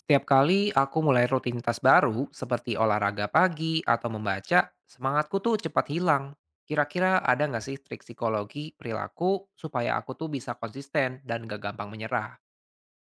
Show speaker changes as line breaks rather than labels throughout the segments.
Setiap kali aku mulai rutinitas baru, seperti olahraga pagi atau membaca, semangatku tuh cepat hilang. Kira-kira ada nggak sih trik psikologi perilaku supaya aku tuh bisa konsisten dan gak gampang menyerah?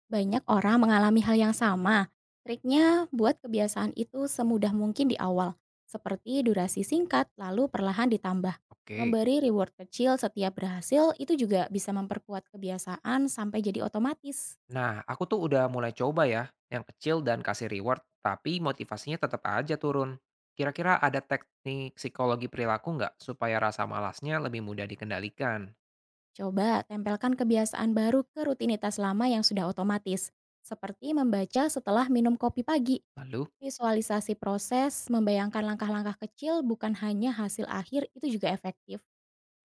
Banyak orang mengalami hal yang sama. Triknya buat kebiasaan itu semudah mungkin di awal, seperti durasi singkat lalu perlahan ditambah.
Oke.
Memberi reward kecil setiap berhasil itu juga bisa memperkuat kebiasaan sampai jadi otomatis.
Nah, aku tuh udah mulai coba ya, yang kecil dan kasih reward, tapi motivasinya tetap aja turun. Kira-kira ada teknik psikologi perilaku nggak supaya rasa malasnya lebih mudah dikendalikan?
Coba tempelkan kebiasaan baru ke rutinitas lama yang sudah otomatis, seperti membaca setelah minum kopi pagi.
Lalu?
Visualisasi proses, membayangkan langkah-langkah kecil bukan hanya hasil akhir itu juga efektif.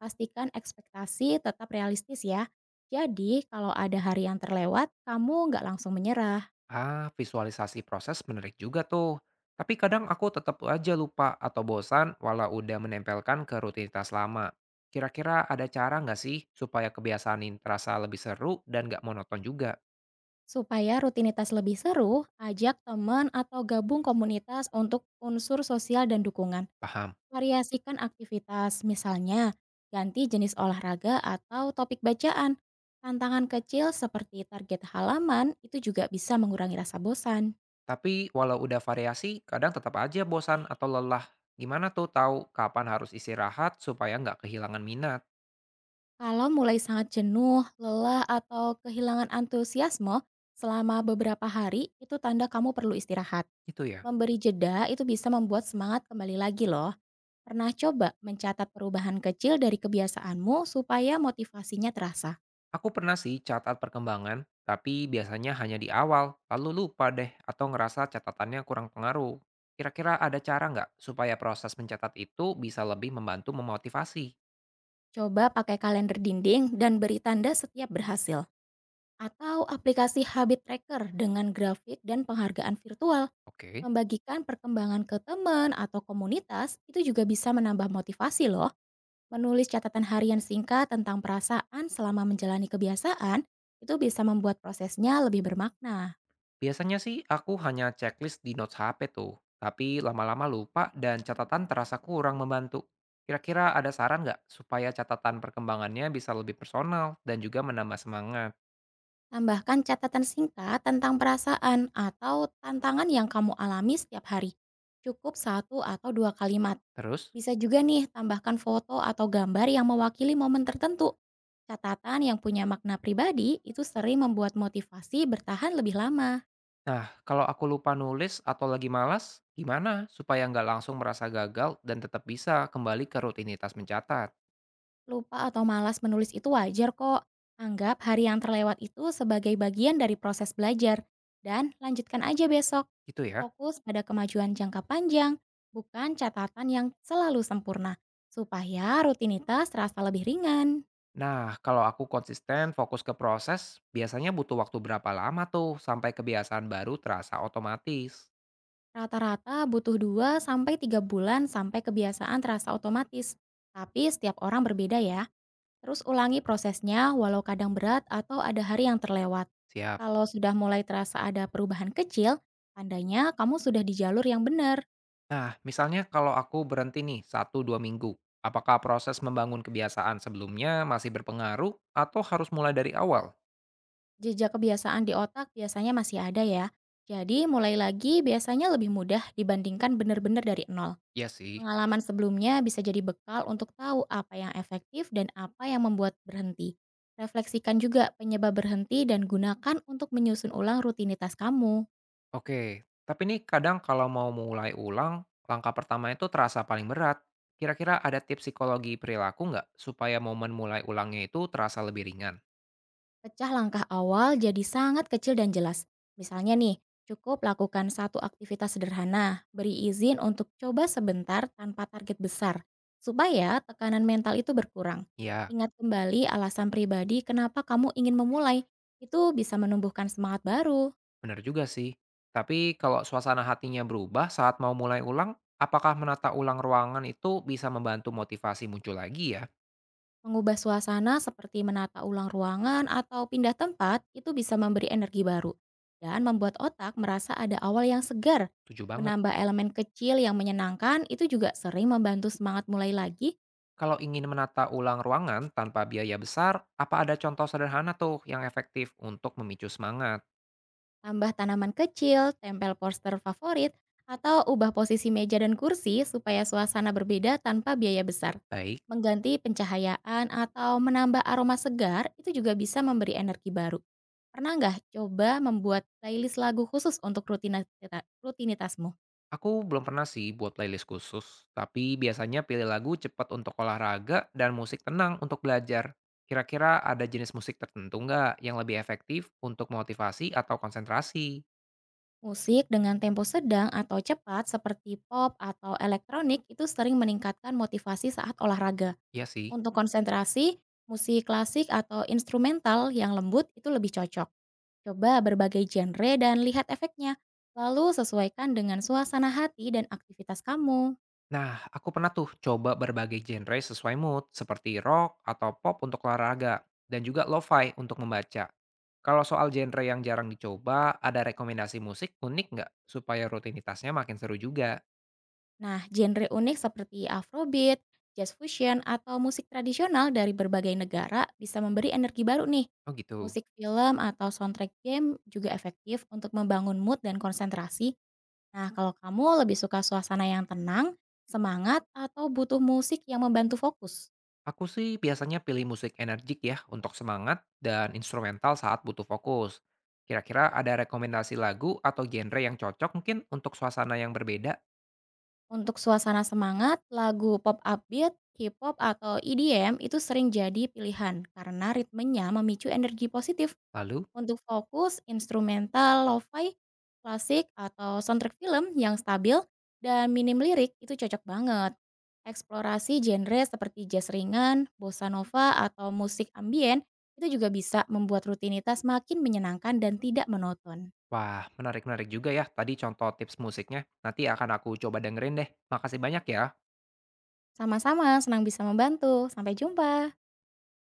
Pastikan ekspektasi tetap realistis ya. Jadi, kalau ada hari yang terlewat, kamu nggak langsung menyerah.
Ah, visualisasi proses menarik juga tuh. Tapi kadang aku tetap aja lupa atau bosan walau udah menempelkan ke rutinitas lama. Kira-kira ada cara nggak sih supaya kebiasaan ini terasa lebih seru dan nggak monoton juga?
Supaya rutinitas lebih seru, ajak teman atau gabung komunitas untuk unsur sosial dan dukungan.
Paham.
Variasikan aktivitas, misalnya ganti jenis olahraga atau topik bacaan. Tantangan kecil seperti target halaman itu juga bisa mengurangi rasa bosan.
Tapi walau udah variasi, kadang tetap aja bosan atau lelah. Gimana tuh tahu kapan harus istirahat supaya nggak kehilangan minat?
Kalau mulai sangat jenuh, lelah, atau kehilangan antusiasme selama beberapa hari, itu tanda kamu perlu istirahat.
Itu ya.
Memberi jeda itu bisa membuat semangat kembali lagi loh. Pernah coba mencatat perubahan kecil dari kebiasaanmu supaya motivasinya terasa.
Aku pernah sih catat perkembangan, tapi biasanya hanya di awal, lalu lupa deh atau ngerasa catatannya kurang pengaruh. Kira-kira ada cara nggak supaya proses mencatat itu bisa lebih membantu memotivasi?
Coba pakai kalender dinding dan beri tanda setiap berhasil. Atau aplikasi habit tracker dengan grafik dan penghargaan virtual.
Oke.
Membagikan perkembangan ke teman atau komunitas itu juga bisa menambah motivasi loh. Menulis catatan harian singkat tentang perasaan selama menjalani kebiasaan itu bisa membuat prosesnya lebih bermakna.
Biasanya sih aku hanya checklist di notes HP tuh, tapi lama-lama lupa dan catatan terasa kurang membantu. Kira-kira ada saran nggak supaya catatan perkembangannya bisa lebih personal dan juga menambah semangat?
Tambahkan catatan singkat tentang perasaan atau tantangan yang kamu alami setiap hari. Cukup satu atau dua kalimat.
Terus?
Bisa juga nih tambahkan foto atau gambar yang mewakili momen tertentu. Catatan yang punya makna pribadi itu sering membuat motivasi bertahan lebih lama.
Nah, kalau aku lupa nulis atau lagi malas, gimana supaya nggak langsung merasa gagal dan tetap bisa kembali ke rutinitas mencatat?
Lupa atau malas menulis itu wajar kok. Anggap hari yang terlewat itu sebagai bagian dari proses belajar dan lanjutkan aja besok.
Gitu ya.
Fokus pada kemajuan jangka panjang, bukan catatan yang selalu sempurna, supaya rutinitas terasa lebih ringan.
Nah, kalau aku konsisten fokus ke proses, biasanya butuh waktu berapa lama tuh sampai kebiasaan baru terasa otomatis?
Rata-rata butuh 2 sampai 3 bulan sampai kebiasaan terasa otomatis. Tapi setiap orang berbeda ya. Terus ulangi prosesnya walau kadang berat atau ada hari yang terlewat.
Siap.
Kalau sudah mulai terasa ada perubahan kecil, tandanya kamu sudah di jalur yang benar.
Nah, misalnya kalau aku berhenti nih satu dua minggu, apakah proses membangun kebiasaan sebelumnya masih berpengaruh atau harus mulai dari awal?
Jejak kebiasaan di otak biasanya masih ada ya. Jadi mulai lagi biasanya lebih mudah dibandingkan benar-benar dari nol.
Ya sih.
Pengalaman sebelumnya bisa jadi bekal untuk tahu apa yang efektif dan apa yang membuat berhenti. Refleksikan juga penyebab berhenti dan gunakan untuk menyusun ulang rutinitas kamu.
Oke, tapi nih kadang kalau mau mulai ulang, langkah pertama itu terasa paling berat. Kira-kira ada tips psikologi perilaku nggak supaya momen mulai ulangnya itu terasa lebih ringan?
Pecah langkah awal jadi sangat kecil dan jelas. Misalnya nih, cukup lakukan satu aktivitas sederhana, beri izin untuk coba sebentar tanpa target besar, supaya tekanan mental itu berkurang.
Ya,
Ingat kembali alasan pribadi kenapa kamu ingin memulai, itu bisa menumbuhkan semangat baru.
benar juga sih. Tapi kalau suasana hatinya berubah saat mau mulai ulang, apakah menata ulang ruangan itu bisa membantu motivasi muncul lagi ya?
Mengubah suasana seperti menata ulang ruangan atau pindah tempat itu bisa memberi energi baru dan membuat otak merasa ada awal yang segar.
Tujuh banget.
Menambah elemen kecil yang menyenangkan itu juga sering membantu semangat mulai lagi.
Kalau ingin menata ulang ruangan tanpa biaya besar, apa ada contoh sederhana tuh yang efektif untuk memicu semangat?
Tambah tanaman kecil, tempel poster favorit, atau ubah posisi meja dan kursi supaya suasana berbeda tanpa biaya besar.
Baik.
Mengganti pencahayaan atau menambah aroma segar itu juga bisa memberi energi baru. Pernah nggak coba membuat playlist lagu khusus untuk rutinitasmu?
Aku belum pernah sih buat playlist khusus, tapi biasanya pilih lagu cepat untuk olahraga dan musik tenang untuk belajar. Kira-kira ada jenis musik tertentu nggak yang lebih efektif untuk motivasi atau konsentrasi?
Musik dengan tempo sedang atau cepat seperti pop atau elektronik itu sering meningkatkan motivasi saat olahraga.
Iya sih.
Untuk konsentrasi, musik klasik atau instrumental yang lembut itu lebih cocok. Coba berbagai genre dan lihat efeknya, lalu sesuaikan dengan suasana hati dan aktivitas kamu.
Nah, aku pernah tuh coba berbagai genre sesuai mood, seperti rock atau pop untuk olahraga, dan juga lo-fi untuk membaca. Kalau soal genre yang jarang dicoba, ada rekomendasi musik unik nggak supaya rutinitasnya makin seru juga?
Nah, genre unik seperti Afrobeat, jazz fusion, atau musik tradisional dari berbagai negara bisa memberi energi baru nih.
Oh gitu.
Musik film atau soundtrack game juga efektif untuk membangun mood dan konsentrasi. Nah, kalau kamu lebih suka suasana yang tenang, semangat, atau butuh musik yang membantu fokus.
Aku sih biasanya pilih musik energik ya untuk semangat dan instrumental saat butuh fokus. Kira-kira ada rekomendasi lagu atau genre yang cocok mungkin untuk suasana yang berbeda?
Untuk suasana semangat, lagu pop upbeat, hip-hop, atau EDM itu sering jadi pilihan karena ritmenya memicu energi positif.
Lalu,
Untuk fokus, instrumental, lo-fi, klasik, atau soundtrack film yang stabil dan minim lirik itu cocok banget. Eksplorasi genre seperti jazz ringan, bossa nova, atau musik ambien itu juga bisa membuat rutinitas makin menyenangkan dan tidak monoton.
wah, menarik-menarik juga ya tadi contoh tips musiknya. Nanti akan aku coba dengerin deh. Makasih banyak ya.
Sama-sama, senang bisa membantu. Sampai jumpa.